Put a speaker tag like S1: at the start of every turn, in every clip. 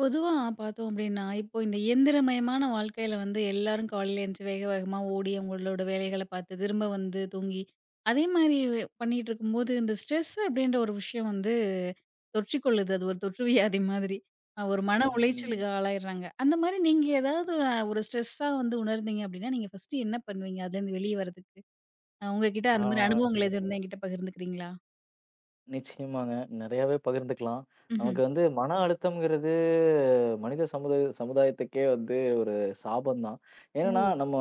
S1: பொதுவா பார்த்தோம் அப்டின்னா, இப்போ இந்த இயந்திரமயமான வாழ்க்கையில வந்து எல்லாரும் காலையில எந்திச்சு வேக வேகமா ஓடி அவங்களோட வேலைகள பார்த்து திரும்ப வந்து தூங்கி, அதே மாரி பண்ணிட்டு இருக்கும்போது இந்த ஸ்ட்ரெஸ் அப்டின்ற ஒரு விஷயம் வந்து தொற்றிக் கொள்ளுது. அது ஒரு தொற்று வியாதி மாதிரி. ஒரு மன
S2: I
S1: உளைச்சலுக்கு ஆளாயிடுறாங்க. அந்த மாரி நீங்க ஏதாவது ஒரு ஸ்ட்ரெஸ்ஸா வந்து உணர்ந்தீங்க அப்டின்னா, நீங்க ஃபர்ஸ்ட்டு என்ன பண்ணுவீங்க? அதுலேருந்து வெளிய வரதுக்கு? உங்ககிட்ட அந்த மாரி
S2: don't
S1: அனுபவங்கள் எதுவும்
S2: know
S1: இருந்தா என்கிட்ட பகிர்ந்துக்கிறீங்களா?
S2: நிச்சயமாங்க. நெறையாவே பகிர்ந்துக்கலாம்.
S1: ம்ஹ்ம்.
S2: நமக்கு வந்து மன அழுத்தம்ங்கிறது மனித சமுதாயத்துக்கே வந்து ஒரு சாபம் தான். ஏன்னா,
S1: ஓ!
S2: நம்ம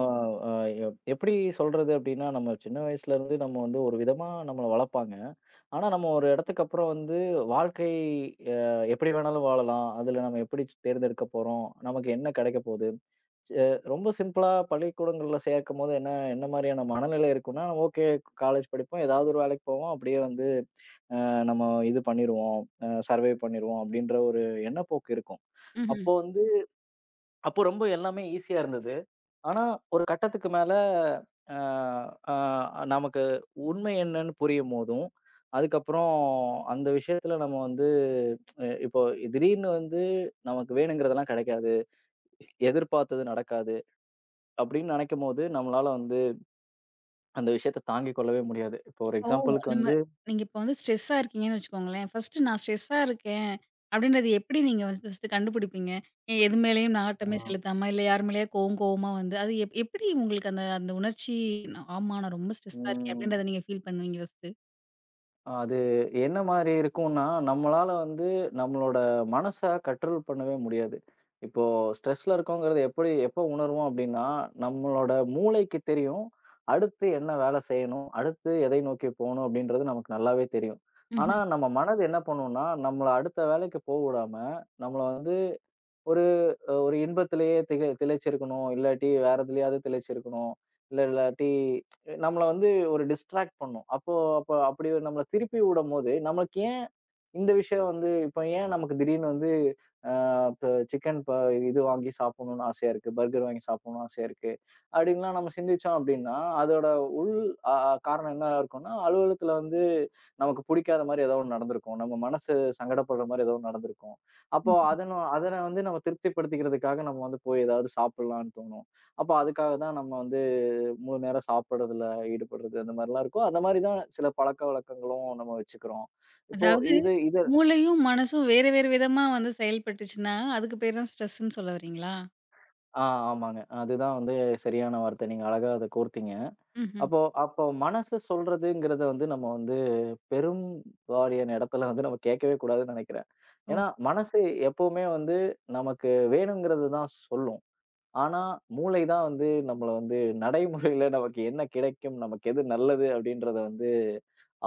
S2: அ எப் எப்படி சொல்றது அப்படின்னா, நம்ம சின்ன வயசுலருந்து நம்ம வந்து ஒரு விதமா நம்மள வளர்ப்பாங்க. ஆனா, நம்ம ஒரு இடத்துக்கு அப்புறம் வந்து வாழ்க்கை அ எப்படி வேணாலும் வாழலாம். அதுல நம்ம எப்படி தேர்ந்தெடுக்க போறோம்? நமக்கு என்ன கிடைக்க போகுது? ச ரொம்ப சிம்பிளா பள்ளிக்கூடங்கள்ல சேர்க்கும்போது என்ன என்ன மாரியான மனநிலை இருக்கும்னா, ஓகே காலேஜ் படிப்போம். ஏதாவது ஒரு வேலைக்கு போவோம். அப்படியே வந்து நம்ம இது பண்ணிருவோம். சர்வை பண்ணிருவோம் அப்டின்ற ஒரு எண்ணப்போக்கு இருக்கும்.
S1: ம்ஹ்ம்.
S2: அப்போ வந்து அப்போ ரொம்ப எல்லாமே ஈஸியா இருந்தது. ஆனா ஒரு கட்டத்துக்கு மேல அ அ நமக்கு உண்மை என்னன்னு புரியும்போதும், அதுக்கப்புறம் அந்த விஷயத்துல நம்ம வந்து இப்போ திடீர்னு வந்து நமக்கு வேணுங்கிறதெல்லாம் கெடைக்காது. எதிர்பார்த்தது நடக்காது அப்டின்னு நெனைக்கும்போது, நம்மளால வந்து அந்த விஷயத்த தாங்கிக் கொள்ளவே முடியாது. இப்போ ஒரு
S1: இப்போ
S2: எக்ஸாம்பிள்க்கு
S1: நம்ம
S2: வந்து
S1: நீங்க இப்போ வந்து ஸ்ட்ரெஸ்ஸா இருக்கீங்கன்னு வச்சுக்கோங்களேன். ஃபர்ஸ்ட்டு நான் ஸ்ட்ரெஸ்ஸா இருக்கேன் அப்படின்றது எப்படி நீங்க ஃபர்ஸ்ட்டு கண்டுபிடிப்பீங்க? எது மேலயும்
S2: ஆ.
S1: நாட்டமே செலுத்தாம, இல்ல யார் மேலயா கோவம் கோவமா வந்து, அது எப்படி உங்களுக்கு அந்த அந்த உணர்ச்சி நான் ஆமா நான் ரொம்ப ஸ்ட்ரெஸ்ஸா இருக்கேன்
S2: ம்.
S1: அப்படின்றத நீங்க ஃபீல் பண்ணுவீங்க ஃபர்ஸ்ட்டு?
S2: அது என்ன மாரி இருக்கும்னா, நம்மளால வந்து நம்மளோட மனச கண்ட்ரோல் பண்ணவே முடியாது. இப்போ ஸ்ட்ரெஸ்ல இருக்கோங்கிறது எப்படி எப்போ உணர்வோம் அப்படின்னா, நம்மளோட மூளைக்கு தெரியும். அடுத்து என்ன வேலை செய்யணும்? அடுத்து எதை நோக்கி போணும்? அப்படின்றது நமக்கு நல்லாவே தெரியும். ஆனா,
S1: ம்ஹ்ம்.
S2: நம்ம மனது என்ன பண்ணும்னா, நம்மள அடுத்த வேலைக்கு போக விடாம, நம்மள வந்து ஒரு ஒரு இன்பத்திலேயே திளைச்சிருக்கணும். இல்லாட்டி வேற எதுலயாவது திளைச்சிருக்கணும். இல்லாட்டி நம்மள வந்து ஒரு டிஸ்ட்ராக்ட் பண்ணும். அப்போ அப்படி நம்மள திருப்பி விடும்போது, நமக்கு ஏன் இந்த விஷயம் வந்து இப்ப ஏன் நமக்கு திடீர்னு வந்து அ இப்ப சிக்கன் ப இது வாங்கி சாப்பிடணும்னு ஆசையா இருக்கு. பர்கர் வாங்கி சாப்பிடணும்னு ஆசையா இருக்கு. அப்படின்லாம் நம்ம சிந்திச்சோம் அப்படின்னா, அதோட உள் அ காரணம் என்ன இருக்கும்னா, அலுவலகத்துல வந்து நமக்கு பிடிக்காத மாரி ஏதோ ஒண்ணு நடந்திருக்கும். நம்ம மனசு சங்கடப்படுற மாரி ஏதோ ஒண்ணு நடந்திருக்கும். அப்போ அதன அதன வந்து நம்ம திருப்திப்படுத்திக்கிறதுக்காக நம்ம வந்து போய் ஏதாவது சாப்பிடலான்னு தோணும். அப்போ அதுக்காக தான் நம்ம வந்து முழு நேரம் சாப்பிடுறதுல ஈடுபடுறது அந்த மாரிலாம் இருக்கும். அந்த மாரி தான் சில பழக்கவழக்கங்களும் நம்ம வச்சுக்கிறோம். இப்போ
S1: அதாவது
S2: இது இது
S1: மூளையும், மனசும் வேற வேறு விதமா வந்து செயல்பட்டுச்சுன்னா, அதுக்கு பேர் தான் ஸ்ட்ரெஸ்ன்னு சொல்ல வரீங்களா?
S2: ஆ ஆமாங்க. அதுதான் வந்து சரியான வார்த்தை. நீங்க அழகா அத கோர்த்தீங்க.
S1: ம்ஹ்ம்.
S2: அப்போ அப்போ மனசு சொல்றதுங்கிறத வந்து நம்ம வந்து பெரும் வாரியான இடத்துல வந்து நம்ம கேட்கவே கூடாதுன்னு நெனைக்கிறேன்.
S1: ஓ!
S2: ஏன்னா, மனசு எப்பவுமே வந்து நமக்கு வேணுங்கிறது தான் சொல்லும். ஆனா, மூளை தான் வந்து நம்மள வந்து நடைமுறையில நமக்கு என்ன கிடைக்கும்? நமக்கு எது நல்லது? அப்படின்றத வந்து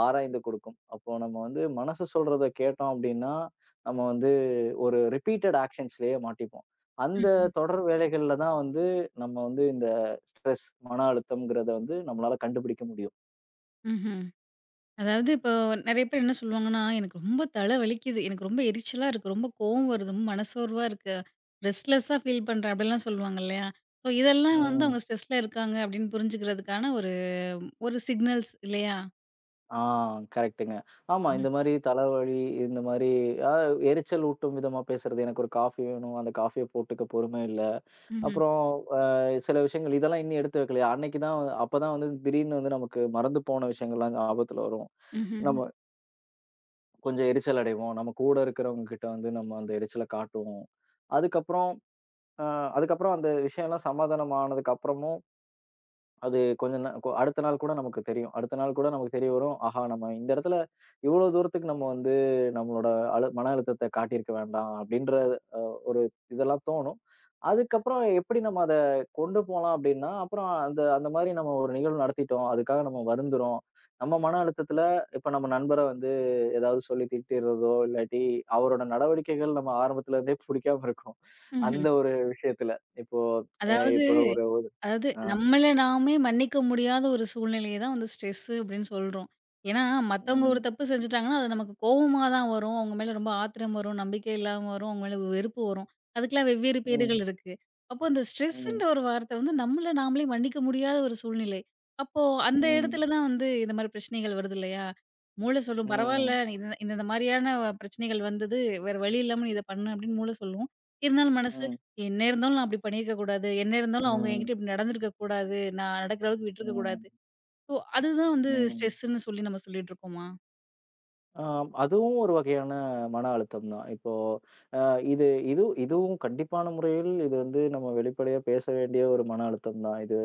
S2: ஆராய்ந்து கொடுக்கும். அப்போ நம்ம வந்து மனசு சொல்றத கேட்டோம் அப்படின்னா, நம்ம வந்து ஒரு ரிப்பீட்டட் ஆக்ஷன்ஸ்லயே மாட்டிப்போம். அந்த
S1: ம்ஹ்ம்.
S2: தொடர் வேலைகள்ல தான் வந்து நம்ம வந்து இந்த ஸ்ட்ரெஸ், மன அழுத்தம்ங்கிறத வந்து நம்மளால கண்டுபிடிக்க முடியும்.
S1: ம்ஹ்ம். இப்போ நெறைய பேர் என்ன சொல்லுவாங்கன்னா, "எனக்கு ரொம்ப தலை வலிக்குது. எனக்கு ரொம்ப எரிச்சலா இருக்கு. ரொம்ப கோவம் வருது. ரொம்ப மனசோர்வா இருக்கு. ரெஸ்ட்லெஸ்ஸா ஃபீல் பண்றேன்." அப்படிலாம் சொல்லுவாங்க இல்லையா? ஸோ இதெல்லாம் வந்து
S2: ம்.
S1: அவங்க ஸ்ட்ரெஸ்ல இருக்காங்க அப்படின்னு புரிஞ்சுக்கிறதுக்கான ஒரு ஒரு சிக்னல்ஸ் இல்லையா?
S2: ஆ கரெக்ட்டுங்க. ஆமா
S1: ம்.
S2: இந்த மாரி தலைவலி, இந்த மாரி அ எரிச்சல் ஊட்டும் விதமா பேசுறது. எனக்கு ஒரு காஃபி வேணும். அந்த காஃபிய போட்டுக்க பொறுமை இல்ல.
S1: ம்ஹ்ம்.
S2: அப்புறம் அ சில விஷயங்கள் இதெல்லாம் இன்னும் எடுத்து வைக்கலையா? அப்பதான் வந்து திடீர்னு வந்து நமக்கு மறந்து போன விஷயங்கள்லாம் ஞாபகத்துல வரும்.
S1: ம்ஹ்ம்.
S2: நம்ம கொஞ்சம் எரிச்சல் அடைவோம். நம்ம கூட இருக்கிறவங்க கிட்ட வந்து நம்ம அந்த எரிச்சல காட்டுவோம். அதுக்கப்புறம் அ அதுக்கப்புறம் அந்த விஷயம்லாம் சமாதானம் ஆனதுக்கு அப்புறமும் அது கொஞ்ச நா கொ அடுத்த நாள் கூட நமக்கு தெரியும். அடுத்த நாள் கூட நமக்கு தெரிய வரும். ஆஹா! நம்ம இந்த இடத்துல இவ்வளோ தூரத்துக்கு நம்ம வந்து நம்மளோட மன அழுத்தத்த காட்டியிருக்க வேண்டாம் அப்படின்ற ஒரு இதெல்லாம் தோணும். அதுக்கப்புறம் எப்படி நம்ம அத கொண்டு போலாம் அப்படின்னா, அப்புறம் அந்த அந்த மாரி நம்ம ஒரு நிகழ்வு நடத்திட்டோம். அதுக்காக நம்ம வருந்துறோம். நம்ம மன அழுத்தத்துல இப்ப நம்ம நண்பர வந்து ஏதாவது சொல்லி திட்டிறதோ, இல்லாட்டி அவரோட நடவடிக்கைகள் நம்ம ஆரம்பத்துல இருந்தே புடிக்காம இருக்கும். அந்த
S1: ம்ஹ்ம்.
S2: ஒரு விஷயத்துல. இப்போ
S1: அதாவது
S2: இப்போ ஒரு
S1: அதாவது
S2: ஆ.
S1: நம்மள நாமே மன்னிக்க முடியாத ஒரு சூழ்நிலைய தான் வந்து ஸ்ட்ரெஸ்ஸு அப்படின்னு சொல்றோம். ஏன்னா, மத்தவங்க ஒரு
S2: ம்.
S1: தப்பு செஞ்சுட்டாங்கன்னா, அது நமக்கு கோவமா தான் வரும். அவங்க மேல ரொம்ப ஆத்திரம் வரும், நம்பிக்கை இல்லாம வரும், அவங்க மேல வெறுப்பு வரும். அதுக்கெல்லாம் வெவ்வேறு
S2: ம்.
S1: பேறுகள் இருக்கு. அப்போ அந்த
S2: ம்.
S1: ஸ்ட்ரெஸ்ஸுன்ற ஒரு வார்த்தை வந்து நம்மள நாமளே மன்னிக்க முடியாத ஒரு சூழ்நிலை. அப்போ அந்த
S2: ம்.
S1: இடத்துல தான் வந்து இந்த மாரி பிரச்சனைகள் வருது இல்லையா? மூளை சொல்லும் பரவால்ல
S2: ம்.
S1: இந்த இந்த இந்த மாதிரியான பிரச்சனைகள் வந்தது. வேற வழி இல்லாம நீ இத பண்ணு அப்படின்னு மூளை சொல்லும். இருந்தாலும் மனசு
S2: ம்.
S1: என்ன இருந்தாலும் நான் அப்படி பண்ணியிருக்க கூடாது. என்ன இருந்தாலும் அவங்க
S2: ம்.
S1: என்கிட்ட இப்படி நடந்துருக்க கூடாது. நான் நடக்கிற அளவுக்கு விட்டுருக்க
S2: ம்.
S1: கூடாது. ஸோ அதுதான் வந்து
S2: ம்.
S1: ஸ்ட்ரெஸ்ன்னு சொல்லி நம்ம சொல்லிட்டு இருக்கோமா?
S2: ஆம். அதுவும் ஒரு வகையான மன அழுத்தம் தான். இப்போ அ இது இது இதுவும் கண்டிப்பான முறையில் இது வந்து நம்ம வெளிப்படையா பேச வேண்டிய ஒரு மன அழுத்தம் தான். இது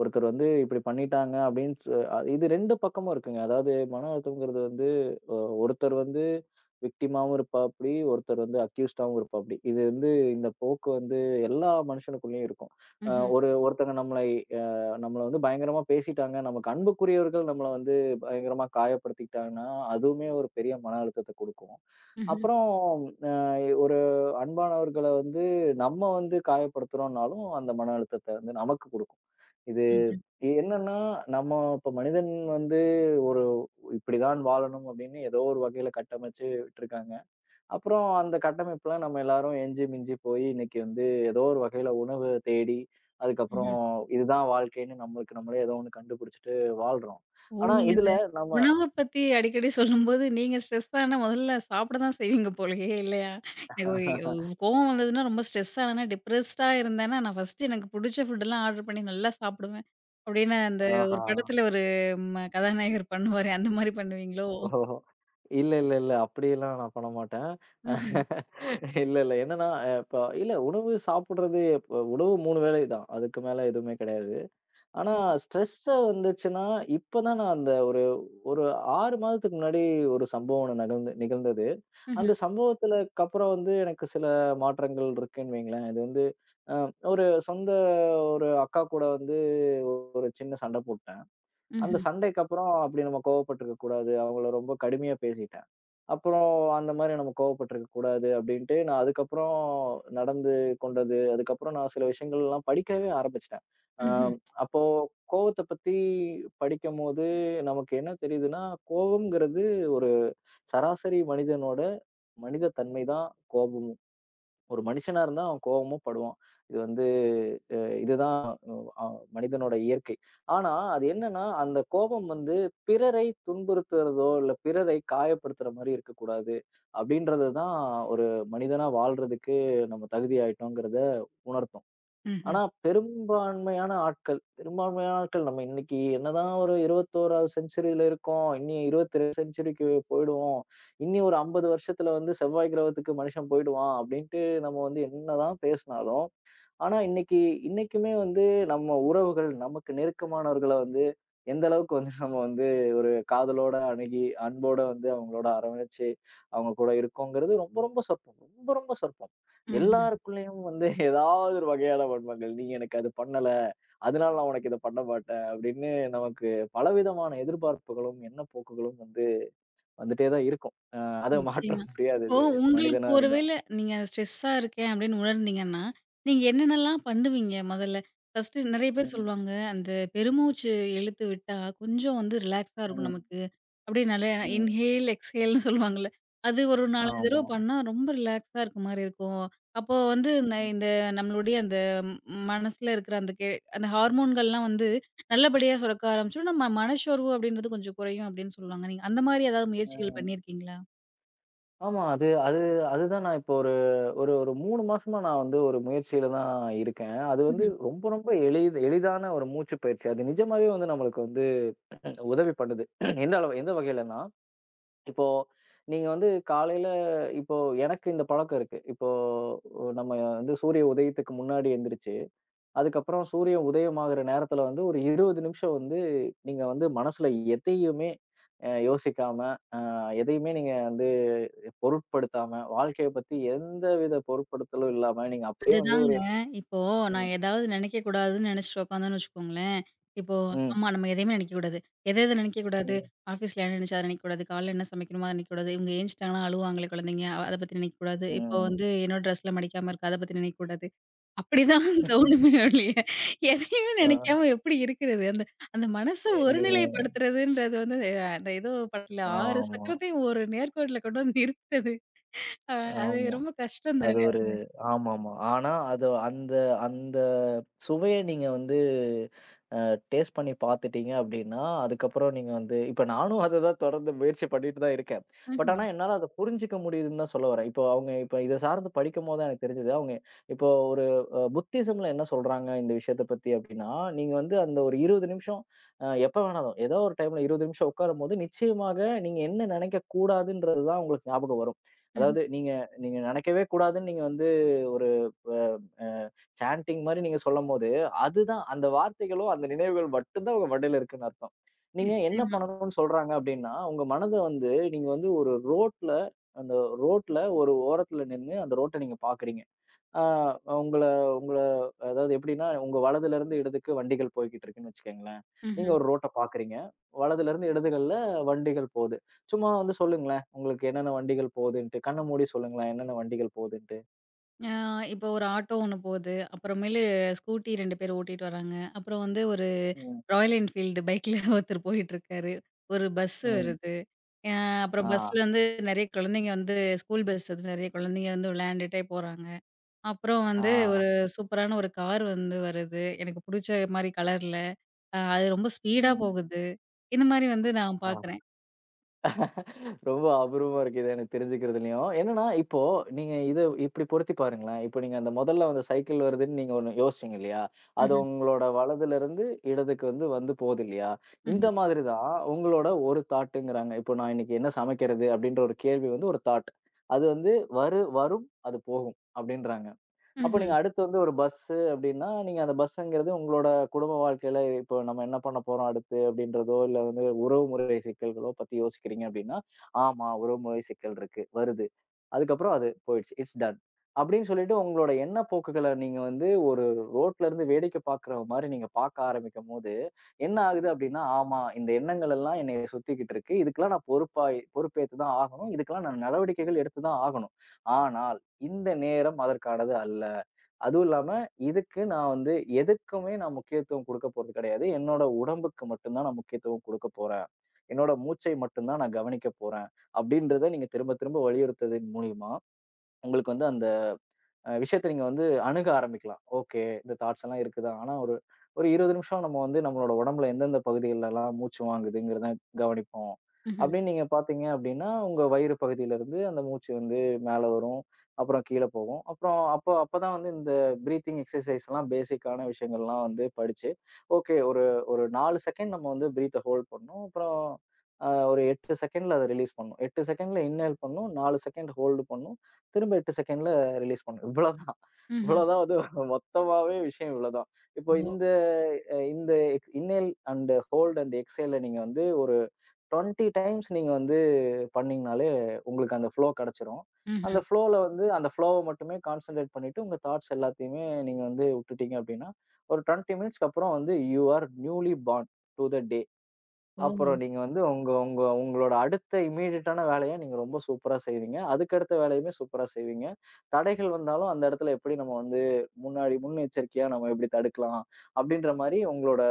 S2: ஒருத்தர் வந்து இப்படி பண்ணிட்டாங்க அப்படின்னு சொ அ இது 2 பக்கமும் இருக்குங்க. அதாவது மன அழுத்தம்ங்கிறது வந்து அ ஒருத்தர் வந்து விக்டிமாவும் இருப்பாப்படி, ஒருத்தர் வந்து அக்யூஸ்டாவும் இருப்பாப்படி. இது வந்து இந்த போக்கு வந்து எல்லா மனுஷனுக்குள்ளயும் இருக்கும். அ
S1: ம்ஹ்ம்.
S2: ஒரு ஒருத்தங்க நம்மளை அ நம்மள வந்து பயங்கரமா பேசிட்டாங்க. நமக்கு அன்புக்குரியவர்கள் நம்மள வந்து பயங்கரமா காயப்படுத்திக்கிட்டாங்கன்னா, அதுவுமே ஒரு பெரிய மன அழுத்தத்த குடுக்கும்.
S1: ம்ஹ்ம்.
S2: அப்புறம் ஒரு அன்பானவர்கள வந்து நம்ம வந்து காயப்படுத்துறோம்னாலும், அந்த மன அழுத்தத்த வந்து நமக்கு குடுக்கும். இது
S1: ம்ஹ்ம்.
S2: என்னன்னா, நம்ம இப்ப மனிதன் வந்து ஒரு இப்படிதான் வாழணும் அப்படின்னு ஏதோ ஒரு வகையில கட்டமைச்சு விட்டுருக்காங்க. அப்புறம் அந்த கட்டமைப்புல நம்ம எல்லாரும் எஞ்சி மிஞ்சி போய் இன்னைக்கு வந்து ஏதோ ஒரு வகையில உணவு தேடி, அதுக்கப்புறம்
S1: ம்ஹ்ம்.
S2: இதுதான் வாழ்க்கைன்னு நம்மளுக்கு நம்மளே ஏதோ ஒண்ணு கண்டுபிடிச்சுட்டு வாழ்றோம்.
S1: ஓ!
S2: ஆனா
S1: நீங்க இந்த
S2: இதுல நம்ம
S1: உணவ பத்தி அடிக்கடி சொல்லும்போது, நீங்க ஸ்ட்ரெஸ் ஆனா முதல்ல சாப்பிட தான் செய்வீங்க போலயே இல்லையா? எனக்கு ஒரு ஒரு கோவம் வந்ததுன்னா, ரொம்ப ஸ்ட்ரெஸ் ஆனேன்னா, டிப்ரெஸ்டா இருந்தேன்னா, நான் ஃபர்ஸ்ட்டு எனக்கு புடிச்ச ஃபுட்டெல்லாம் ஆர்டர் பண்ணி நல்லா சாப்பிடுவேன். அப்படின்னு அந்த ஒரு
S2: ஆஹா!
S1: படத்துல ஒரு கதாநாயகர் பண்ணுவாரே, அந்த மாரி பண்ணுவீங்களோ?
S2: ஓஹோஹோ! இல்ல, இல்ல, இல்ல. அப்படியெல்லாம் நான் பண்ண மாட்டேன்.
S1: ம்ஹ்ம்.
S2: இல்ல, இல்ல. என்னன்னா, இப்ப இல்ல உணவு சாப்பிடுறது இப்ப உணவு 3 வேளை தான். அதுக்கு மேல எதுவுமே கிடையாது. ஆனா
S1: ஓ.
S2: ஸ்ட்ரெஸ்ஸா வந்துச்சுன்னா, இப்ப தான் நான் அந்த ஒரு ஒரு 6 மாதத்துக்கு முன்னாடி ஒரு சம்பவம் ஒண்ணு நிகழ்ந்தது.
S1: ம்ஹ்ம்.
S2: அந்த சம்பவத்துலக்கு அப்புறம் வந்து எனக்கு சில மாற்றங்கள் இருக்குன்னு வைங்களேன். இது வந்து அ ஒரு ஒரு அக்கா கூட வந்து ஒரு சின்ன சண்டை போட் அந்த
S1: ம்ஹ்ம்.
S2: சண்டைக்கு அப்புறம் அப்படி நம்ம கோவப்பட்டுருக்க கூடாது. அவங்கள ரொம்ப கடுமையா பேசிட்டேன். அப்புறம் அந்த மாரி நம்ம கோவப்பட்டுருக்க கூடாது அப்படின்ட்டு நான் அதுக்கப்புறம் நடந்து கொண்டது, அதுக்கப்புறம் நான் சில விஷயங்கள்லாம் படிக்கவே ஆரம்பிச்சுட்டேன். அ
S1: ம்ஹ்ம்,
S2: அப்போ கோவத்த பத்தி படிக்கும்போது நமக்கு என்ன தெரியுதுன்னா, கோவம்ங்கிறது ஒரு சராசரி மனிதனோட மனித தன்மை தான் கோபம். ஒரு மனுஷனா இருந்தா அவன் கோவமும் படுவான். இது வந்து அ இதுதான் அ மனிதனோட இயற்கை. ஆனா, அது என்னன்னா, அந்த கோபம் வந்து பிறரை துன்புறுத்துறதோ, இல்ல பிறரை காயப்படுத்துற மாரி இருக்கக்கூடாது. அப்படின்றது தான் ஒரு மனிதனா வாழ்றதுக்கு நம்ம தகுதியாயிட்டோங்கிறத உணர்த்தும்.
S1: ம்ஹ்ம்,
S2: ஆனா, பெரும்பான்மையான ஆட்கள் நம்ம இன்னைக்கு என்னதான் ஒரு 21வது செஞ்சுரியில இருக்கோம். இனி 22 செஞ்சுரிக்கு போயிடுவோம். இனி ஒரு 50 வருஷத்துல வந்து செவ்வாய் கிரகத்துக்கு மனுஷன் போயிடுவான். அப்படின்ட்டு நம்ம வந்து என்னதான் பேசினாலும், ஆனா, இன்னைக்குமே வந்து நம்ம உறவுகள், நமக்கு நெருக்கமானவர்கள வந்து எந்த அளவுக்கு வந்து நம்ம வந்து ஒரு காதலோட அணுகி, அன்போட வந்து அவங்களோட அரவணைச்சு, அவங்க கூட இருக்கோங்கிறது ரொம்ப ரொம்ப சொற்பம். ரொம்ப ரொம்ப சொற்பம்.
S1: ம்ஹ்ம,
S2: எல்லாருக்குள்ளயும் வந்து ஏதாவது ஒரு வகையான வன்மங்கள். "நீ எனக்கு அது பண்ணல. அதனால நான் உனக்கு இத பண்ண மாட்டேன்." அப்படின்னு நமக்கு பலவிதமான எதிர்பார்ப்புகளும், எண்ணப்போக்குகளும் வந்து வந்துட்டே தான் இருக்கும். அத மாற்ற
S1: நிச்சயமா.
S2: முடியாது
S1: இப்போ
S2: இது
S1: உங்களுக்கு
S2: மனிதனா
S1: ஒரு
S2: இருந்தா.
S1: வேள நீங்க ஸ்ட்ரெஸ்ஸா இருக்கேன் அப்படின்னு உணர்ந்தீங்கன்னா, நீங்க என்னென்னலாம் பண்ணுவீங்க முதல்ல? ஃபர்ஸ்ட்டு நெறைய பேர்
S2: ம்.
S1: சொல்லுவாங்க, அந்த பெருமூச்சு இழுத்து விட்டா கொஞ்சம் வந்து ரிலாக்ஸா இருக்கும்
S2: ம்.
S1: நமக்கு. அப்படியே நல்லா
S2: ம்.
S1: இன்ஹேல், எக்ஸ்ஹேல்னு சொல்லுவாங்கல்ல. அது ஒரு 4, 5 தடவ
S2: ஆமா.
S1: பண்ணா ரொம்ப ரிலாக்ஸா இருக்க மாரி இருக்கும். அப்போ வந்து இந்த இந்த நம்மளுடைய அந்த ம்- மனசுல இருக்கிற அந்த அந்த ஹார்மோன்கள்லாம் வந்து நல்லபடியா சுரக்க ஆரம்பிச்சுரும். நம்ம மனச்சோர்வு அப்படின்றது கொஞ்சம் குறையும் அப்படின்னு சொல்லுவாங்க. நீங்க அந்த மாரி ஏதாவது முயற்சிகள்
S2: ம்.
S1: பண்ணியிருக்கீங்களா?
S2: ஆமா. அது அது அதுதான் நான் இப்போ ஒரு ஒரு ஒரு 3 மாசமா நான் வந்து ஒரு முயற்சியில தான் இருக்கேன். அது வந்து
S1: ம்ஹ்ம்.
S2: ரொம்ப ரொம்ப எளிதான ஒரு மூச்சு பயிற்சி. அது நிஜமாவே வந்து நம்மளுக்கு வந்து உதவி பண்ணுது. எந்த அளவு எந்த வகையிலன்னா, இப்போ நீங்க வந்து காலையில இப்போ எனக்கு இந்த பழக்கம் இருக்கு. இப்போ நம்ம வந்து சூரிய உதயத்துக்கு முன்னாடி எந்திரிச்சு, அதுக்கப்புறம் சூரியன் உதயமாகுற நேரத்துல வந்து ஒரு 20 நிமிஷம் வந்து நீங்க வந்து மனசுல எதையுமே யோசிக்காம எதையுமே நீங்க வந்து பொருட்படுத்தாம, வாழ்க்கைய பத்தி எந்தவித பொருட்படுத்தலும் இல்லாம, நீங்க அப்பயே வந்து
S1: அதுதாங்க.
S2: ஒரு
S1: இப்போ
S2: ம்,
S1: நான் ஏதாவது நினைக்கக்கூடாதுன்னு நினைச்சுட்டு உட்காந்தோன்னு வச்சுக்கோங்களேன். இப்போ
S2: ம்,
S1: ஆமா நம்ம எதையுமே நினைக்கக்கூடாது. எத எத நினைக்கக்கூடாது?
S2: ம்,
S1: ஆஃபீஸ்ல என்ன நினைச்சு அத நினைக்கக்கூடாது. காலைல என்ன சமைக்கணுமோ அத நினைக்கக்கூடாது. இவங்க ஏஞ்சுட்டாங்கன்னா அழுவாங்களே குழந்தைங்க. அத பத்தி நினைக்கக்கூடாது. இப்போ
S2: ம்.
S1: வந்து என்னோட ட்ரெஸ்ல மடிக்காம இருக்கு. அத பத்தி நினைக்கக்கூடாது. அப்படிதான் தோணுமே ஒழிய, எதையுமே
S2: ஆ
S1: நினைக்காம எப்படி இருக்கிறது? அந்த அந்த மனச
S2: நீங்க
S1: ஒருநிலைப்படுத்துறதுன்றது வந்து அந்த ஏதோ படத்துல 6
S2: ஆமா,
S1: சக்கரத்தையும் ஒரு நேர்கோட்டுல கொண்டு வந்து நிறுத்துறது. அ அது
S2: ஆமா.
S1: ரொம்ப கஷ்டம்
S2: அது
S1: தானே.
S2: ஒரு ஆமாமா. ஆனா, அது அந்த அந்த சுவைய நீங்க வந்து டேஸ்ட் பண்ணி பார்த்துட்டீங்க அப்டின்னா, அதுக்கப்புறம் நீங்க வந்து இப்ப நானும் அததான் தொடர்ந்து முயற்சி பண்ணிட்டு தான் இருக்கேன்.
S1: ம்ஹ்ம்.
S2: ஆனா, என்னால அத புரிஞ்சுக்க முடியுதுன்னு தான் சொல்ல வரேன். இப்போ அவங்க இப்ப இத சார்ந்து படிக்கும்போது தான் எனக்கு தெரிஞ்சது. அவங்க இப்போ ஒரு புத்திசம்ல என்ன சொல்றாங்க இந்த விஷயத்த பத்தி அப்டின்னா, நீங்க வந்து அந்த ஒரு 20 நிமிஷம் எப்ப வேணாலும் ஏதோ ஒரு டைம்ல 20 நிமிஷம் உட்காரும்போது, நிச்சயமாக நீங்க என்ன நினைக்கக் கூடாதுன்றது தான் உங்களுக்கு ஞாபகம் வரும்.
S1: ம்ஹ்ம்.
S2: அதாவது நீங்க நீங்க நினைக்கவே கூடாதுன்னு நீங்க வந்து ஒரு அ சாண்டிங் மாரி நீங்க சொல்லும்போது, அதுதான் அந்த வார்த்தைகளும், அந்த நினைவுகள் மட்டும்தான் உங்க மண்டையில இருக்குன்னு அர்த்தம். நீங்க என்ன
S1: நிச்சயமா.
S2: பண்ணணும்னு சொல்றாங்க அப்டின்னா, உங்க மனத வந்து நீங்க வந்து ஒரு ரோட்ல அந்த ரோட்ல ஒரு ஓரத்துல நின்னு அந்த ரோட்ட நீங்க பாக்குறீங்க. ஆ உங்கள உங்கள அதாவது எப்டின்னா, உங்க வலதுலருந்து இடதுக்கு வண்டிகள் போய்க்கிட்டு இருக்குன்னு வச்சுக்கங்களேன். நீங்க
S1: ம்ஹ்ம்.
S2: ஒரு ரோட்ட பாக்குறீங்க. வலதுலருந்து இடதுகள்ல வண்டிகள் போது. சும்மா வந்து சொல்லுங்களேன், உங்களுக்கு என்னென்ன வண்டிகள் போகுதுன்ட்டு. கண்ண மூடி சொல்லுங்களேன், என்னென்ன வண்டிகள் போகுதுன்ட்டு?
S1: ஆ இப்போ ஒரு ஆட்டோ ஒண்ணு போது. அப்புறமேலு ஸ்கூட்டி 2 பேர் ஓட்டிட்டு வராங்க. அப்புறம் வந்து ஒரு
S2: ம்,
S1: ராயல் என்ஃபீல்டு பைக்ல ஒருத்தர் போயிட்டுருக்காரு. ஒரு பஸ்ஸு
S2: ம்.
S1: வருது. அ அப்புறம்
S2: ஆ.
S1: பஸ்லருந்து நெறைய குழந்தைங்க வந்து ஸ்கூல் பஸ் அது நெறைய குழந்தைங்க வந்து விளையாண்டுட்டே போறாங்க. அப்புறம் வந்து
S2: ஆ.
S1: ஒரு சூப்பரான ஒரு கார் வந்து வருது. எனக்கு புடிச்ச மாரி கலர்ல. அது ரொம்ப ஸ்பீடா
S2: ம்.
S1: போகுது. இந்த மாரி வந்து நான்
S2: ஆ.
S1: பார்க்குறேன்.
S2: ரொம்ப அபூர்வமா இருக்கு. இது எனக்கு தெரிஞ்சுக்கிறதுலயும். என்னன்னா, இப்போ நீங்க இத இப்டி பொருத்தி பாருங்களேன். இப்போ நீங்க அந்த முதல்ல வந்து சைக்கிள் வருதுன்னு நீங்க ஒண்ணு யோசிச்சீங்க இல்லையா? அது
S1: ம்ஹ்ம்,
S2: உங்களோட வலதுலருந்து இடதுக்கு வந்து வந்து போகுது இல்லையா? இந்த
S1: ம்ஹ்ம்,
S2: மாதிரி தான் உங்களோட ஒரு தாட்டுங்கிறாங்க. இப்போ நான் இன்னைக்கு என்ன சமைக்கிறது? அப்டின்ற ஒரு கேள்வி வந்து ஒரு தாட். அது வந்து வரும், அது போகும் அப்டின்றாங்க. அப்ப
S1: ம்ஹ்ம்,
S2: நீங்க அடுத்து வந்து ஒரு பஸ்ஸு அப்டின்னா, நீங்க அந்த பஸ்ஸுங்கிறது உங்களோட குடும்ப வாழ்க்கையில இப்போ நம்ம என்ன பண்ண போறோம் அடுத்து அப்டின்றதோ, இல்ல வந்து உறவுமுறை சிக்கல்களோ பத்தி யோசிக்கிறீங்க அப்டின்னா, ஆமா உறவுமுறை சிக்கல் இருக்கு, வருது. அதுக்கப்புறம் அது போயிடுச்சு. It's done. அப்டின்னு சொல்லிட்டு உங்களோட எண்ண போக்குகள நீங்க வந்து ஒரு ரோட்லருந்து வேடிக்கை பார்க்குற மாரி நீங்க பார்க்க ஆரம்பிக்கும்போது, என்ன ஆகுது அப்டின்னா, ஆமா இந்த எண்ணங்கள் எல்லாம் என்னைய சுத்திக்கிட்டு இருக்கு. இதுக்கெல்லாம் நான் பொறுப்பேத்து தான் ஆகணும். இதுக்கெல்லாம் நான் நடவடிக்கைகள் எடுத்து தான் ஆகணும். ஆனால் இந்த நேரம் அதற்கானது அல்ல. அதுவும் இல்லாம, இதுக்கு நான் வந்து எதுக்குமே நான் முக்கியத்துவம் குடுக்க போறது கிடையாது. என்னோட உடம்புக்கு மட்டும் தான் நான் முக்கியத்துவம் குடுக்க போறேன். என்னோட மூச்சை மட்டும் தான் நான் கவனிக்க போறேன். அப்படின்றத நீங்க திரும்ப திரும்ப வலியுறுத்ததின் மூலியமா, உங்களுக்கு வந்து அந்த விஷயத்த நீங்க வந்து அணுக ஆரம்பிக்கலாம். ஓகே, இந்த தாட்ஸ் எல்லாம் இருக்குதான். ஆனா ஒரு ஒரு 20 நிமிஷம் நம்ம வந்து நம்மளோட உடம்புல எந்தெந்த பகுதிகள்லலாம் மூச்சு வாங்குதுங்கிறத கவனிப்போம்.
S1: ம்ஹ்ம்,
S2: அப்படின்னு நீங்க பார்த்தீங்க அப்படின்னா, உங்க வயிறு பகுதியிலருந்து அந்த மூச்சு வந்து மேல வரும். அப்புறம் கீழ போகும். அப்புறம் அப்பதான் வந்து இந்த பிரீத்திங் எக்ஸர்சைஸ்லாம் பேசிக்கான விஷயங்கள்லாம் வந்து படிச்சு, ஓகே ஒரு ஒரு 4 செகண்ட் நம்ம வந்து பிரீத்த ஹோல்ட் பண்ணணும். அப்புறம் ஒரு 8 செகண்ட்ல அத ரிலீஸ் பண்ணணும். 8 செகண்ட்ல இன்ஹேல் பண்ணணும். 4 செகண்ட் ஹோல்டு பண்ணணும். திரும்ப 8 செகண்ட்ல ரிலீஸ் பண்ணணும். இவ்வளவுதான்.
S1: ம்ஹ்ம்.
S2: இவ்வளவுதான் வந்து மொத்தமாவே விஷயம் இவ்வளவுதான். இப்போ
S1: ஓ!
S2: இந்த அ இந்த எக் இன்னேல் அண்ட் ஹோல்ட் அண்ட் எக்ஸேல்ல நீங்க வந்து ஒரு 20 டைம்ஸ் நீங்க வந்து பண்ணீங்கனாலே, உங்களுக்கு அந்த ஃப்ளோ கிடைச்சிரும். அந்த
S1: ம்ஹ்ம்.
S2: ஃப்ளோல வந்து அந்த ஃப்ளோவ மட்டுமே கான்சன்ட்ரேட் பண்ணிட்டு, உங்க தாட்ஸ் எல்லாத்தையுமே நீங்க வந்து விட்டுட்டீங்க அப்படின்னா, ஒரு 20 மினிட்ஸ்க்கு அப்புறம் வந்து, you are newly born to the day.
S1: ஓ!
S2: அப்புறம் நீங்க வந்து உங்க உங்க உங்களோட அடுத்த இம்மீடியட்டான வேலைய நீங்க ரொம்ப சூப்பரா செய்வீங்க. அதுக்கடுத்த வேலையுமே சூப்பரா செய்வீங்க. தடைகள் வந்தாலும் அந்த இடத்துல எப்படி நம்ம வந்து முன்னெச்சரிக்கையா நம்ம எப்படி தடுக்கலாம்? அப்படின்ற மாரி உங்களோட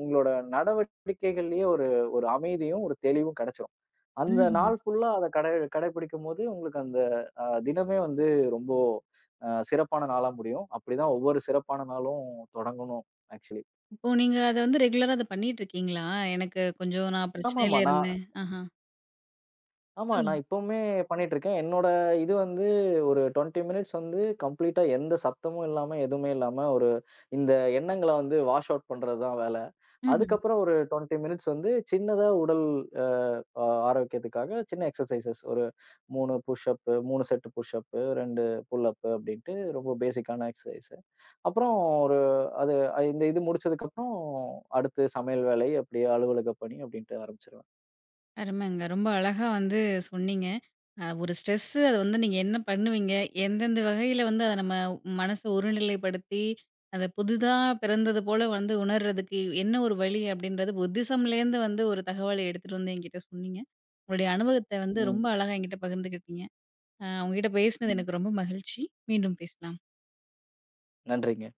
S2: உங்களோட நடவடிக்கைகள்லயே ஒரு ஒரு அமைதியும், ஒரு தெளிவும் கிடைச்சிரும். அந்த
S1: ம்ஹ்ம்.
S2: நாள் ஃபுல்லா அத கடைபிடிக்கும்போது உங்களுக்கு அந்த தினமே வந்து ரொம்ப சிறப்பான நாளா முடியும். அப்படிதான் ஒவ்வொரு சிறப்பான நாளும் தொடங்கணும் ஆக்சுவலி.
S1: இப்போ நீங்க அத வந்து ரெகுலரா அத பண்ணிட்டுருக்கீங்களா? எனக்கு கொஞ்சம் நான்
S2: ஆமாமா.
S1: பிரச்சனையில இருந்தேன். ஆஹா.
S2: ஆமா.
S1: சொல்லுங்க.
S2: நான் இப்பவுமே பண்ணிட்டுருக்கேன். என்னோட இது வந்து ஒரு 20 மினிட்ஸ் வந்து கம்ப்ளீட்டா எந்த சத்தமும் இல்லாம, எதுவுமே இல்லாம ஒரு இந்த எண்ணங்கள வந்து வாஷ் அவுட் பண்றது தான் வேல.
S1: ம்ஹ்ம்.
S2: அதுக்கப்புறம் ஒரு 20 மினிட்ஸ் வந்து சின்னதா உடல் அ ஆ ஆரோக்கியத்துக்காக சின்ன எக்ஸர்சைஸஸ் ஒரு 3 push up, 3 set push up, 2 pull up அப்டின்ட்டு ரொம்ப பேசிக்கான எக்ஸர்சைஸ். அப்புறம் ஒரு அது அ- இந்த இது முடிச்சதுக்கப்புறம் அடுத்து சமையல் வேலை, அப்படியே அலுவலக பணி அப்படின்ட்டு ஆரம்பிச்சுருவேன்.
S1: அருமைங்க. ரொம்ப அழகா வந்து சொன்னீங்க. ஒரு ஸ்ட்ரெஸ்ஸு அது வந்து நீங்க என்ன பண்ணுவீங்க? எந்தெந்த வகையில வந்து அத நம்ம மனச ஒருநிலைப்படுத்தி, அத புதிதா பிறந்தது போல வந்து உணர்றதுக்கு என்ன ஒரு வழி? அப்டின்றது புத்திசம்லேருந்து வந்து ஒரு தகவல எடுத்துட்டு வந்து என்கிட்ட சொன்னீங்க. உங்களுடைய அனுபவத்த வந்து
S2: ம்.
S1: ரொம்ப அழகா என்கிட்ட பகிர்ந்துக்கிட்டீங்க. உங்ககிட்ட பேசினது
S2: ம்.
S1: எனக்கு ரொம்ப மகிழ்ச்சி. மீண்டும் பேசலாம்.
S2: நன்றிங்க.